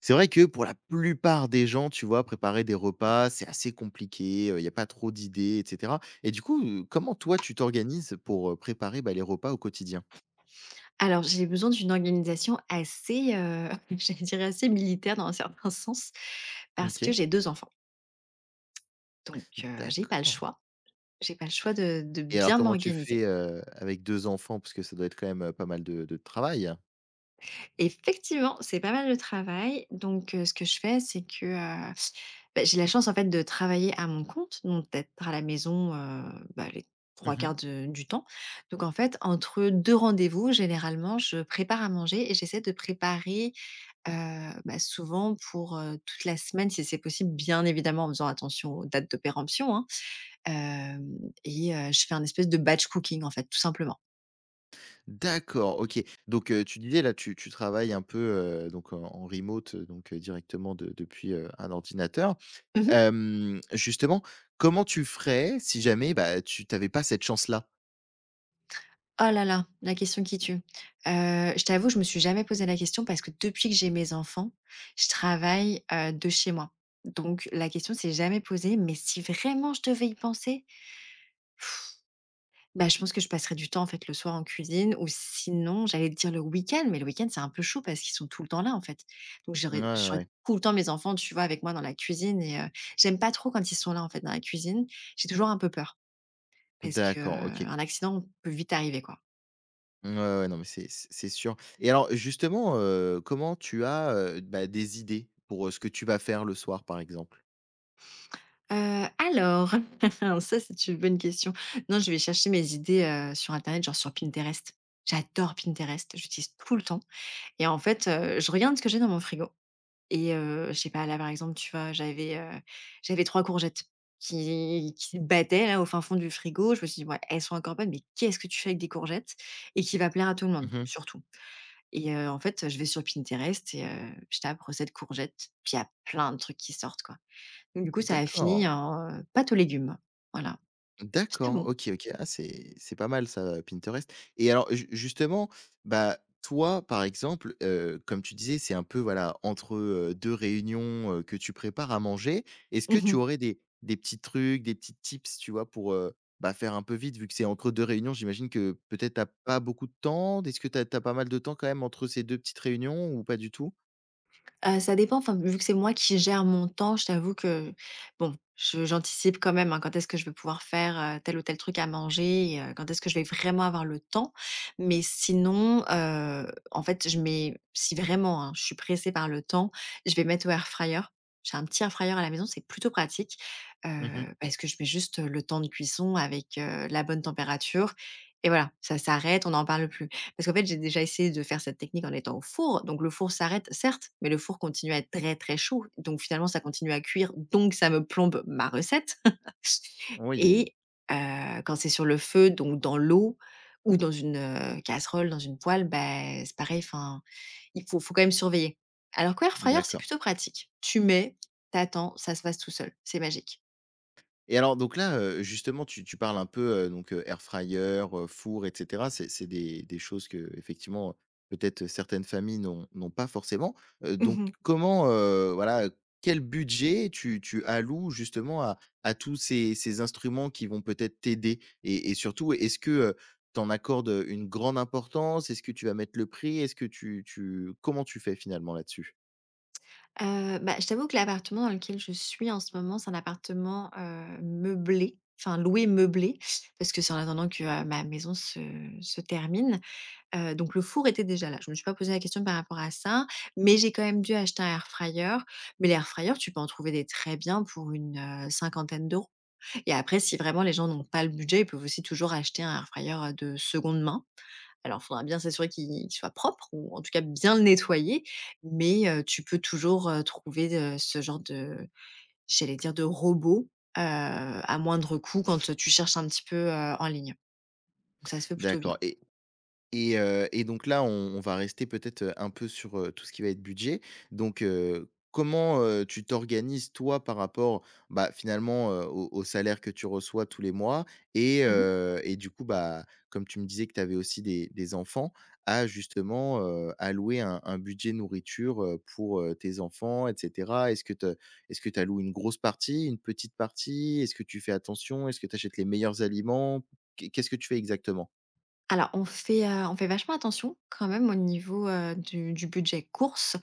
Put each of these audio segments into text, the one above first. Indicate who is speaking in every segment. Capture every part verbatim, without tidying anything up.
Speaker 1: C'est vrai que pour la plupart des gens, tu vois, préparer des repas, c'est assez compliqué, il y a pas trop d'idées et cetera et du coup, heu, comment toi tu t'organises pour, heu, préparer, bah, les repas au quotidien?
Speaker 2: Alors, j'ai besoin d'une organisation assez, heu, j'allais dire assez militaire dans un certain sens, parce que
Speaker 1: OK,
Speaker 2: j'ai deux enfants. Donc, heu, j'ai pas le
Speaker 1: d'accord.
Speaker 2: choix. J'ai pas le choix de de
Speaker 1: Et alors
Speaker 2: bien
Speaker 1: comment tu
Speaker 2: m'organiser.
Speaker 1: fais, heu, avec deux enfants? Parce que ça doit être quand même, heu, pas mal de de travail.
Speaker 2: Effectivement, c'est pas mal de travail. Donc, heu, ce que je fais, c'est que, heu, bah, j'ai la chance, en fait, de travailler à mon compte, donc d'être à la maison, heu, bah, les trois
Speaker 1: Mmh.
Speaker 2: quarts de du temps. Donc, en fait, entre deux rendez-vous, généralement, je prépare à manger et j'essaie de préparer, Heu, bah, souvent pour, heu, toute la semaine si c'est possible, bien évidemment en faisant attention aux dates de péremption, hein. Hem et heu, je fais un espèce de batch cooking en fait, tout simplement.
Speaker 1: D'accord, OK. Donc heu, tu disais là, tu tu travailles un peu, heu, donc en en remote, heu, donc heu, directement de depuis, heu, un ordinateur.
Speaker 2: Mmh.
Speaker 1: Hem, justement, comment tu ferais si jamais, bah, tu n'avais pas cette chance-là?
Speaker 2: Oh là là, la question qui tue. Heu, je t'avoue, je me suis jamais posé la question parce que depuis que j'ai mes enfants, je travaille, heu, de chez moi. Donc la question s'est jamais posée, mais si vraiment je devais y penser, Bah, je pense que je passerai du temps, en fait, le soir en cuisine ou sinon, j'allais te dire le week-end, mais le week-end, c'est un peu chaud parce qu'ils sont tout le temps là, en fait. Donc
Speaker 1: Ouais, ouais,
Speaker 2: j'aurais j'aurais
Speaker 1: ouais.
Speaker 2: tout le temps mes enfants, tu vois, avec moi dans la cuisine et heu, j'aime pas trop quand ils sont là, en fait, dans la cuisine. J'ai toujours un peu peur parce que euh,
Speaker 1: D'accord, OK.
Speaker 2: un accident peut vite arriver, quoi.
Speaker 1: Ouais, ouais, non, mais c'est c'est c'est sûr. Et alors justement, heu, comment tu as, heu, bah, des idées pour, heu, ce que tu vas faire le soir, par exemple?
Speaker 2: Heu, alors, ça, c'est une bonne question. Non, je vais chercher mes idées, heu, sur internet, genre sur Pinterest. J'adore Pinterest, j'utilise tout le temps et en fait, heu, je regarde ce que j'ai dans mon frigo. Et heu, je sais pas, là, par exemple, tu vois, j'avais, heu, j'avais trois courgettes qui qui se battaient, là, au fin fond du frigo. Je me suis dit: «Ouais, elles sont encore bonnes, mais qu'est-ce que tu fais avec des courgettes?» Et qui va plaire à tout le monde,
Speaker 1: Mmh.
Speaker 2: surtout. Et heu, en fait, je vais sur Pinterest et heu, je tape «recette courgettes», puis il y a plein de trucs qui sortent, quoi. Donc du coup, ça a fini
Speaker 1: D'accord.
Speaker 2: en, heu, pâte aux légumes. Voilà, c'était
Speaker 1: D'accord,
Speaker 2: bon.
Speaker 1: OK, OK. Ah, c'est c'est pas mal ça, heu, Pinterest. Et alors ju justement, bah, toi, par exemple, heu, comme tu disais, c'est un peu, voilà, entre, heu, deux réunions, heu, que tu prépares à manger. Est-ce que tu aurais des des petits trucs, des petits tips, tu vois, pour, heu, bah, faire un peu vite vu que c'est entre deux réunions? J'imagine que peut-être t'as pas beaucoup de temps. Est-ce que t'as as pas mal de temps quand même entre ces deux petites réunions ou pas du tout?
Speaker 2: Heu, ça dépend, enfin, vu que c'est moi qui gère mon temps, je t'avoue que, bon, je j'anticipe quand même, hein, quand est-ce que je vais pouvoir faire, heu, tel ou tel truc à manger et heu, quand est-ce que je vais vraiment avoir le temps. Mais sinon, heu, en fait, je mets si vraiment, hein, je suis pressée par le temps, je vais mettre au air fryer. J'ai un petit air fryer à la maison, c'est plutôt pratique, heu,
Speaker 1: Mmh.
Speaker 2: parce que je mets juste le temps de cuisson avec, heu, la bonne température et voilà, ça s'arrête, on n'en parle plus. Parce qu'en fait, j'ai déjà essayé de faire cette technique en étant au four, donc le four s'arrête, certes, mais le four continue à être très, très chaud, donc finalement, ça continue à cuire, donc ça me plombe ma recette
Speaker 1: Oui, oui,
Speaker 2: et heu, quand c'est sur le feu, donc dans l'eau ou dans une, heu, casserole, dans une poêle, ben c'est pareil, enfin, il faut faut quand même surveiller. Alors qu'air fryer, c'est
Speaker 1: d'accord.
Speaker 2: plutôt pratique. Tu mets, t'attends, ça se passe tout seul, c'est magique.
Speaker 1: Et alors donc là, heu, justement tu tu parles un peu, heu, donc, heu, air fryer, heu, four et cetera. C'est c'est des des choses qu'effectivement, heu, peut-être certaines familles n'ont n'ont pas forcément. Heu, donc comment, heu, voilà, quel budget tu tu alloues justement à à tous ces ces instruments qui vont peut-être t'aider? Et et surtout, est-ce que tu en accordes une grande importance? Est-ce que tu vas mettre le prix? Est-ce que tu tu comment tu fais finalement là-dessus?
Speaker 2: Heu, bah, je t'avoue que l'appartement dans lequel je suis en ce moment, c'est un appartement, heu, meublé, enfin loué meublé, parce que c'est en attendant que, heu, ma maison se se termine. Heu, donc le four était déjà là. Je me suis pas posé la question par rapport à ça, mais j'ai quand même dû acheter un air fryer. Mais l'air fryer, tu peux en trouver des très bien pour une, heu, cinquantaine d'euros et après si vraiment les gens n'ont pas le budget, ils peuvent aussi toujours acheter un air fryer, heu, de seconde main. Alors, il faudra bien s'assurer qu'il qu'il soit propre ou en tout cas bien le nettoyer, mais heu, tu peux toujours, heu, trouver, heu, ce genre de, j'allais dire, de robot, heu, à moindre coût quand, heu, tu cherches un petit peu, heu, en ligne. Donc ça se fait plutôt bien.
Speaker 1: D'accord. Et heu et donc là, on on va rester peut-être, heu, un peu sur, heu, tout ce qui va être budget. Donc heu, comment, heu, tu t'organises toi par rapport, bah, finalement, heu, au au salaire que tu reçois tous les mois et
Speaker 2: Mmh mh.
Speaker 1: heu et du coup, bah, comme tu me disais que tu avais aussi des des enfants, à justement, heu, allouer un un budget nourriture, heu, pour, heu, tes enfants et cetera? Est-ce que te est-ce que tu alloues une grosse partie, une petite partie? Est-ce que tu fais attention? Est-ce que tu achètes les meilleurs aliments? Qu'est qu'est-ce que tu fais exactement?
Speaker 2: Alors on fait, heu, on fait vachement attention quand même au niveau, heu, du du budget courses.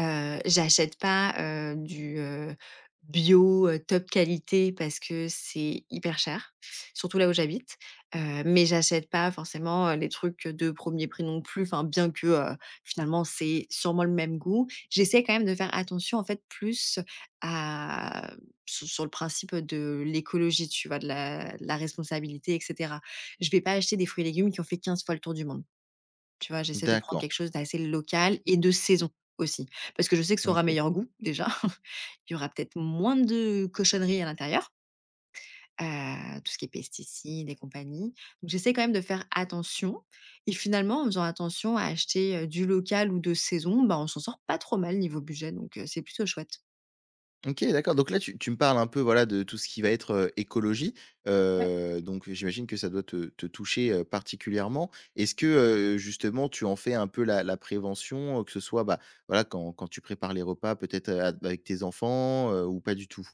Speaker 2: Heu, j'achète pas, heu, du, heu, bio, heu, top qualité parce que c'est hyper cher, surtout là où j'habite. Heu, mais j'achète pas forcément, heu, les trucs de premier prix non plus, enfin bien que, heu, finalement c'est sûrement le même goût. J'essaie quand même de faire attention en fait plus à sur sur le principe, de l'écologie, tu vois? De la de la responsabilité et cetera. Je vais pas acheter des fruits et légumes qui ont fait quinze fois le tour du monde. Tu vois? J'essaie de prendre
Speaker 1: D'accord,
Speaker 2: quelque chose d'assez local et de saison aussi. Parce que je sais que ça aura
Speaker 1: OK.
Speaker 2: meilleur goût déjà. Il y aura peut-être moins de cochonneries à l'intérieur, heu, tout ce qui est pesticides et compagnie. Donc j'essaie quand même de faire attention et finalement en faisant attention à acheter, heu, du local ou de saison, bah, on s'en sort pas trop mal niveau budget donc heu, c'est plutôt chouette.
Speaker 1: OK, d'accord. Donc là, tu tu me parles un peu, voilà, de tout ce qui va être, heu, écologie. Heu, donc j'imagine que ça doit te te toucher, heu, particulièrement. Est-ce que, heu, justement, tu en fais un peu la la prévention, heu, que ce soit, bah, voilà, quand quand tu prépares les repas peut-être, heu, ad avec tes enfants, heu, ou pas du tout?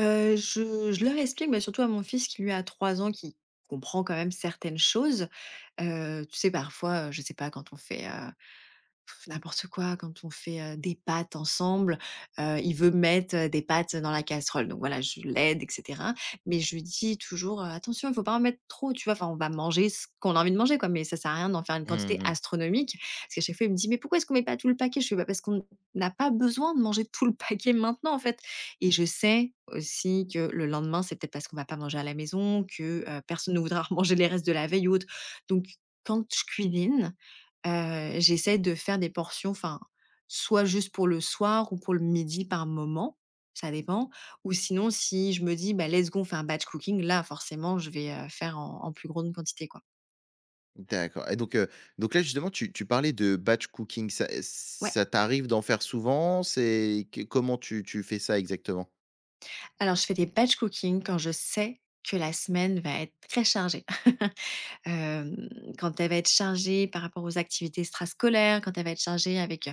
Speaker 2: Heu, je je leur explique, mais surtout à mon fils qui lui a trois ans, qui comprend quand même certaines choses. Heu, tu sais parfois, heu, je sais pas quand on fait, heu pff, N'importe quoi, quand on fait, heu, des pâtes ensemble, heu, il veut mettre, heu, des pâtes dans la casserole. Donc voilà, je l'aide et cetera. Mais je lui dis toujours, heu: «Attention, il faut pas en mettre trop», tu vois? Enfin, on va manger ce qu'on a envie de manger quoi, mais ça sert à rien d'en faire une quantité
Speaker 1: Mmh.
Speaker 2: astronomique. Parce qu'à chaque fois, il me dit: «Mais pourquoi est-ce qu'on met pas tout le paquet?» Je fais: «Bah, parce qu'on n'a pas besoin de manger tout le paquet maintenant, en fait». Et je sais aussi que le lendemain, c'est peut-être parce qu'on va pas manger à la maison, que, heu, personne ne voudra manger les restes de la veille ou autre. Donc quand je cuisine, Heu, j'essaie de faire des portions, enfin, soit juste pour le soir ou pour le midi par moment, ça dépend. Ou sinon, si je me dis: «Bah, let's go, on fait un batch cooking», là, forcément, je vais, heu, faire en en plus grande quantité, quoi.
Speaker 1: D'accord. Et donc, heu, donc là, justement, tu tu parlais de batch cooking. Ça
Speaker 2: Ouais.
Speaker 1: ça t'arrive d'en faire souvent? C'est que comment tu tu fais ça exactement?
Speaker 2: Alors, je fais des batch cooking quand je sais que la semaine va être très chargée. Hem, Quand elle va être chargée par rapport aux activités extrascolaires, quand elle va être chargée avec, heu,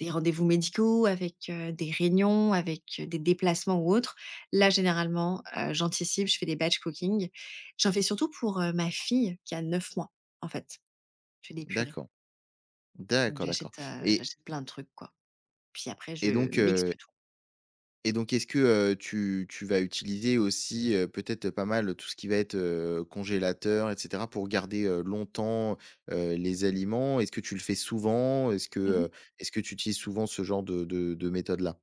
Speaker 2: des rendez-vous médicaux, avec, heu, des réunions, avec, heu, des déplacements ou autres. Là, généralement, heu, j'anticipe, je fais des batch cooking. J'en fais surtout pour, heu, ma fille qui a neuf mois, en fait. Je fais des purées.
Speaker 1: D'accord,
Speaker 2: Donc
Speaker 1: d'accord, d'accord.
Speaker 2: j'achète, heu,
Speaker 1: et
Speaker 2: j'achète plein de trucs, quoi. Puis après
Speaker 1: et
Speaker 2: je
Speaker 1: donc,
Speaker 2: mixe le tout.
Speaker 1: Et donc est-ce que, heu, tu tu vas utiliser aussi, heu, peut-être, pas mal tout ce qui va être, heu, congélateur et cetera pour garder, heu, longtemps, heu, les aliments? Est-ce que tu le fais souvent? Est-ce que,
Speaker 2: Mmh.
Speaker 1: heu, est-ce que tu utilises souvent ce genre de de de méthode-là?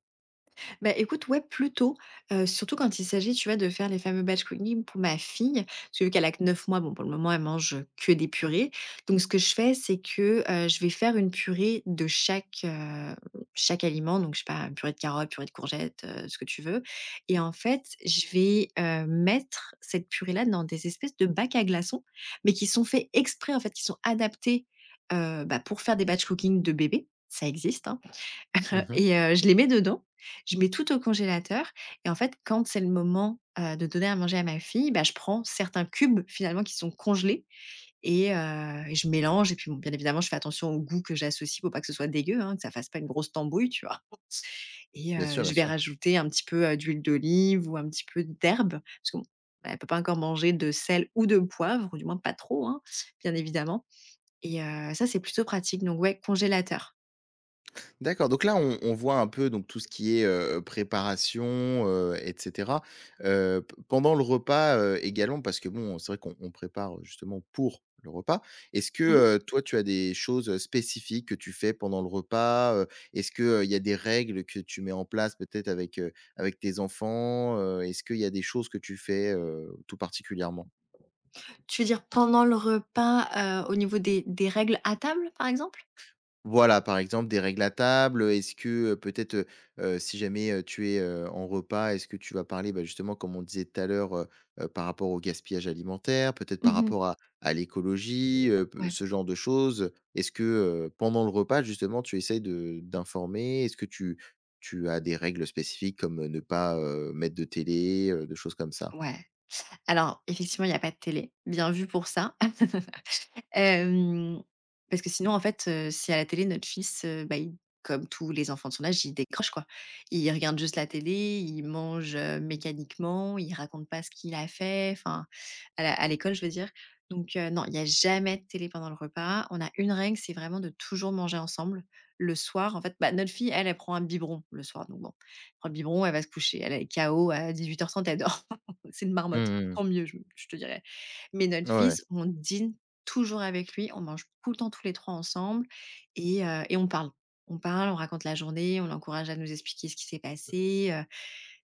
Speaker 2: Bah, écoute, ouais, plutôt, heu, surtout quand il s'agit, tu vois, de faire les fameux batch cooking pour ma fille, parce que vu qu'elle a que neuf mois, bon, pour le moment, elle mange, que des purées. Donc ce que je fais, c'est que, heu, je vais faire une purée de chaque, heu, chaque aliment, donc je sais pas, une purée de carottes, purée de courgettes, heu, ce que tu veux et en fait, je vais, heu, mettre cette purée-là dans des espèces de bacs à glaçons, mais qui sont faits exprès, en fait, qui sont adaptés, heu, bah, pour faire des batch cooking de bébés, ça existe, hein.
Speaker 1: Mmh.
Speaker 2: Et heu, je les mets dedans, je mets tout au congélateur et en fait, quand c'est le moment, heu, de donner à manger à ma fille, bah, je prends certains cubes finalement qui sont congelés et heu et je mélange et puis, bon, bien évidemment, je fais attention au goût que j'associe pour pas que ce soit dégueu, hein, que ça fasse pas une grosse tambouille, tu vois? Et
Speaker 1: Bien
Speaker 2: heu,
Speaker 1: sûr, bien
Speaker 2: je vais
Speaker 1: sûr.
Speaker 2: rajouter un petit peu, heu, d'huile d'olive ou un petit peu d'herbe parce que bon, bah, elle peut pas encore manger de sel ou de poivre ou du moins pas trop, hein, bien évidemment et heu, ça, c'est plutôt pratique donc ouais, congélateur.
Speaker 1: D'accord, donc là, on on voit un peu donc tout ce qui est, heu, préparation, heu et cetera. Heu, p pendant le repas, heu, également parce que bon, c'est vrai qu'on on prépare, justement pour le repas. Est-ce que,
Speaker 2: Mmh.
Speaker 1: heu, toi, tu as des choses spécifiques que tu fais pendant le repas? Heu, est-ce que, heu, il y a des règles que tu mets en place peut-être avec, heu, avec tes enfants? Heu, est-ce qu'il y a des choses que tu fais, heu, tout particulièrement?
Speaker 2: Tu veux dire pendant le repas, heu, au niveau des des règles à table, par exemple?
Speaker 1: Voilà, par exemple, des règles à table, est-ce que, heu, peut-être, heu heu, si jamais, heu, tu es, heu, en repas, est-ce que tu vas parler, bah, justement, comme on disait tout à l'heure, heu heu, par rapport au gaspillage alimentaire, peut-être
Speaker 2: Mmh
Speaker 1: par
Speaker 2: mh.
Speaker 1: rapport à à l'écologie, heu, p
Speaker 2: Ouais,
Speaker 1: ce genre de choses? Est-ce que, heu, pendant le repas, justement, tu essayes de d'informer? Est-ce que tu tu as des règles spécifiques comme, heu, ne pas, heu, mettre de télé, heu, de choses comme ça?
Speaker 2: ouais. Alors effectivement, il y a pas de télé, bien vu pour ça. Hem, Parce que sinon, en fait, heu, si à la télé, notre fils, heu, bah, il, comme tous les enfants de son âge, il décroche, quoi. Il regarde juste la télé, il mange, heu, mécaniquement, il raconte pas ce qu'il a fait, enfin, à la à l'école, je veux dire. Donc heu, non, il y a jamais de télé pendant le repas. On a une règle, c'est vraiment de toujours manger ensemble. Le soir, en fait, bah, notre fille, elle, elle prend un biberon le soir, donc bon, elle prend le biberon, elle va se coucher. Elle est K O à dix-huit heures trente, elle dort. C'est une marmotte.
Speaker 1: Mmh.
Speaker 2: Tant mieux, je je te dirais. Mais notre
Speaker 1: Ouais,
Speaker 2: fils, on dîne toujours avec lui, on mange tout le temps tous les trois ensemble et heu et on parle. On parle, on raconte la journée, on l'encourage à nous expliquer ce qui s'est passé,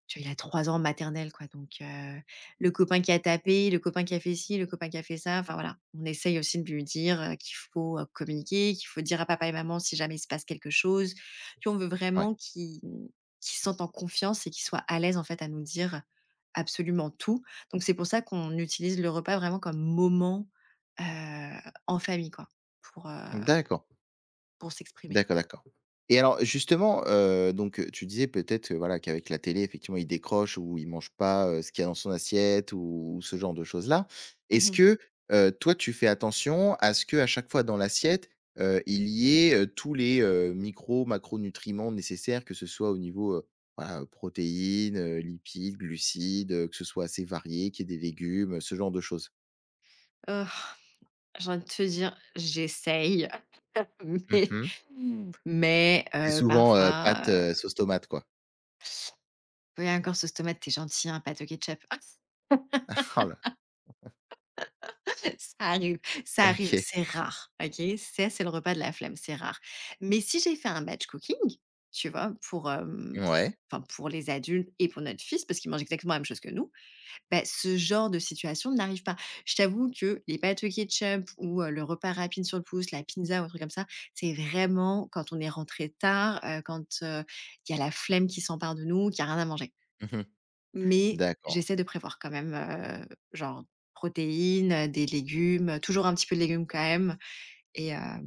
Speaker 2: tu vois, il a trois ans maternelle quoi, donc heu, le copain qui a tapé, le copain qui a fait ci, le copain qui a fait ça, enfin voilà. On essaye aussi de lui dire, heu, qu'il faut, heu, communiquer, qu'il faut dire à papa et maman si jamais il se passe quelque chose. Tu On veut
Speaker 1: ouais.
Speaker 2: vraiment qu'ils qu'ils se sentent en confiance et qu'ils soient à l'aise en fait à nous dire absolument tout. Donc c'est pour ça qu'on utilise le repas vraiment comme moment, heu, en famille quoi, pour, heu,
Speaker 1: D'accord.
Speaker 2: pour s'exprimer.
Speaker 1: D'accord, d'accord. Et alors justement, heu, donc, heu, tu disais peut-être, heu, voilà, qu'avec la télé, effectivement, il décroche ou il mange pas, heu, ce qu'il y a dans son assiette ou ou ce genre de choses-là.
Speaker 2: Mmh
Speaker 1: Est-ce
Speaker 2: mh.
Speaker 1: que, heu, toi, tu fais attention à ce qu'à chaque fois dans l'assiette, heu, il y ait, heu, tous les, heu, micros, macronutriments nécessaires, que ce soit au niveau, heu, voilà, heu, protéines, heu, lipides, glucides, heu, que ce soit assez varié, qu'il y ait des légumes, euh, ce genre de choses?
Speaker 2: J'ai envie de te dire: «J'essaye». Mais
Speaker 1: Mmh.
Speaker 2: mais
Speaker 1: C'est
Speaker 2: heu,
Speaker 1: souvent, heu,
Speaker 2: parfois,
Speaker 1: pâtes,
Speaker 2: heu:
Speaker 1: heu, sauce tomate, quoi?
Speaker 2: «Oui, encore sauce tomate, tu es gentil, un pâte au ketchup».
Speaker 1: Oh là!
Speaker 2: Ça arrive, ça arrive,
Speaker 1: OK.
Speaker 2: c'est rare, OK? Ça, c'est le repas de la flemme, c'est rare. Mais si j'ai fait un batch cooking, tu vois? Pour, hem,
Speaker 1: Ouais.
Speaker 2: enfin, pour les adultes et pour notre fils, parce qu'il mange exactement la même chose que nous. Bah, ce genre de situation n'arrive pas. Je t'avoue que les pâtes au ketchup ou heu, le repas rapide sur le pouce, la pizza ou un truc comme ça, c'est vraiment quand on est rentré tard, heu, quand, heu, il y a la flemme qui s'empare de nous, qu'il y a rien à manger.
Speaker 1: Mmh.
Speaker 2: Mais
Speaker 1: D'accord.
Speaker 2: j'essaie de prévoir quand même, heu, genre protéines, heu, des légumes, heu, toujours un petit peu de légumes quand même et hem,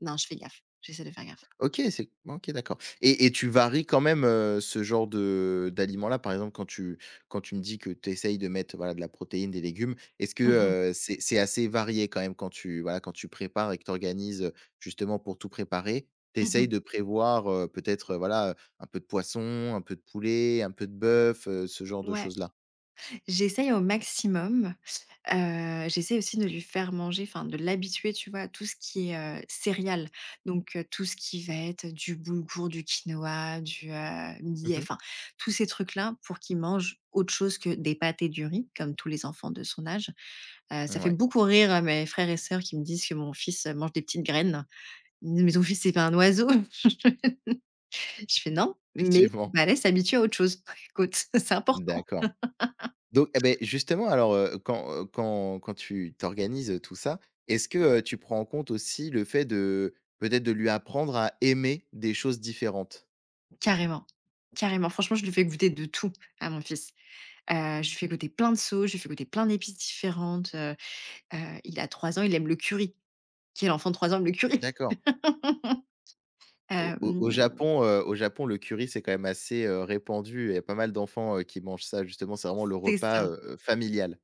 Speaker 2: non, je fais gaffe, j'essaie de faire gaffe.
Speaker 1: OK, c'est OK, d'accord. et et tu varies quand même, heu, ce genre de d'aliments-là? Par exemple, quand tu quand tu me dis que tu essayes de mettre, voilà, de la protéine, des légumes, est-ce que,
Speaker 2: Mmh mh.
Speaker 1: heu, c'est c'est assez varié quand même quand tu, voilà, quand tu prépares et que tu organises, justement pour tout préparer, tu essayes
Speaker 2: Mmh.
Speaker 1: de prévoir, heu, peut-être, heu, voilà, un peu de poisson, un peu de poulet, un peu de bœuf, heu, ce genre de
Speaker 2: Ouais.
Speaker 1: choses-là?
Speaker 2: J'essaye au maximum. Heu, j'essaie aussi de lui faire manger, enfin de l'habituer, tu vois, à tout ce qui est, heu, céréales. Donc, heu, tout ce qui va être du boulgour, du quinoa, du, heu, millet,
Speaker 1: Mmh.
Speaker 2: enfin tous ces trucs-là pour qu'il mange autre chose que des pâtes et du riz, comme tous les enfants de son âge. Heu, ça fait
Speaker 1: Ouais,
Speaker 2: beaucoup rire, heu, mes frères et sœurs qui me disent que mon fils, heu, mange des petites graines. Ils me disent: «Mais ton fils, c'est pas un oiseau?» Je fais: «Non, mais
Speaker 1: effectivement.
Speaker 2: bah, laisse s'habituer à autre chose. Écoute, c'est important».
Speaker 1: D'accord. Donc et beh, justement alors, heu, quand, heu, quand quand tu t'organises, tout ça, est-ce que, heu, tu prends en compte aussi le fait de peut-être de lui apprendre à aimer des choses différentes?
Speaker 2: Carrément, carrément. Franchement, je lui fais goûter de tout à mon fils. Heu, je lui fais goûter plein de sauces, je lui fais goûter plein d'épices différentes, heu heu, Il a trois ans, il aime le curry. Quel enfant de trois ans aime le curry?
Speaker 1: D'accord. Au au au
Speaker 2: Hem,
Speaker 1: Japon, heu, au Japon, le curry, c'est quand même assez, heu, répandu, il y a pas mal d'enfants, heu, qui mangent ça justement, c'est vraiment le
Speaker 2: c'est
Speaker 1: repas,
Speaker 2: ça.
Speaker 1: heu, familial.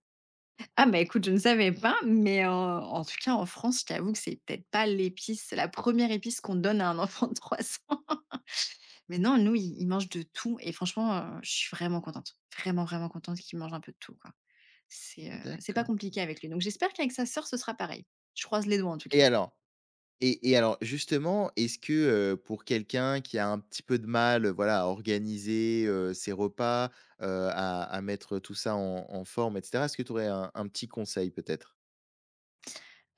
Speaker 2: Ah bah, écoute, je ne savais pas, mais en en tout cas, en France, je t'avoue que c'est peut-être pas l'épice la première épice qu'on donne à un enfant de trois ans. Mais non, nous, il il mange de tout et franchement, heu, je suis vraiment contente. Vraiment, vraiment contente qu'il mange un peu de tout, quoi. C'est, heu, c'est pas
Speaker 1: D'accord
Speaker 2: compliqué avec lui. Donc j'espère qu'avec sa sœur, ce sera pareil. Je croise les doigts en tout
Speaker 1: et
Speaker 2: cas.
Speaker 1: alors Et et alors justement, est-ce que, heu, pour quelqu'un qui a un petit peu de mal, heu, voilà, à organiser, heu, ses repas, heu, à à mettre tout ça en en forme et cetera, est-ce que tu aurais un un petit conseil peut-être?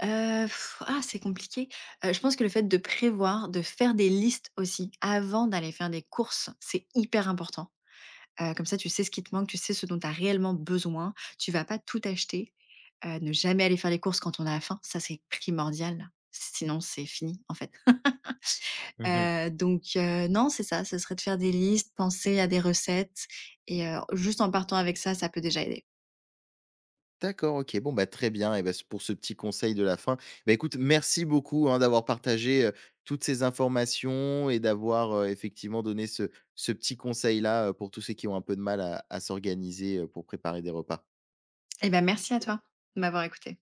Speaker 2: Heu, ah c'est compliqué. Heu, je pense que le fait de prévoir, de faire des listes aussi avant d'aller faire des courses, c'est hyper important. Heu, comme ça, tu sais ce qui te manque, tu sais ce dont tu as réellement besoin. Tu vas pas tout acheter. Heu, ne jamais aller faire les courses quand on a faim, ça c'est primordial. Sinon c'est fini en fait.
Speaker 1: Mmh.
Speaker 2: Heu, donc heu, non, c'est ça, ce serait de faire des listes, penser à des recettes et heu, juste en partant avec ça, ça peut déjà aider.
Speaker 1: D'accord, OK, bon, bah, très bien. Et bah, c pour ce petit conseil de la fin. Bah, écoute, merci beaucoup, hein, d'avoir partagé, heu, toutes ces informations et d'avoir, heu, effectivement donné ce ce petit conseil-là, heu, pour tous ceux qui ont un peu de mal à à s'organiser, heu, pour préparer des repas.
Speaker 2: Eh ben, merci à toi de m'avoir écoutée.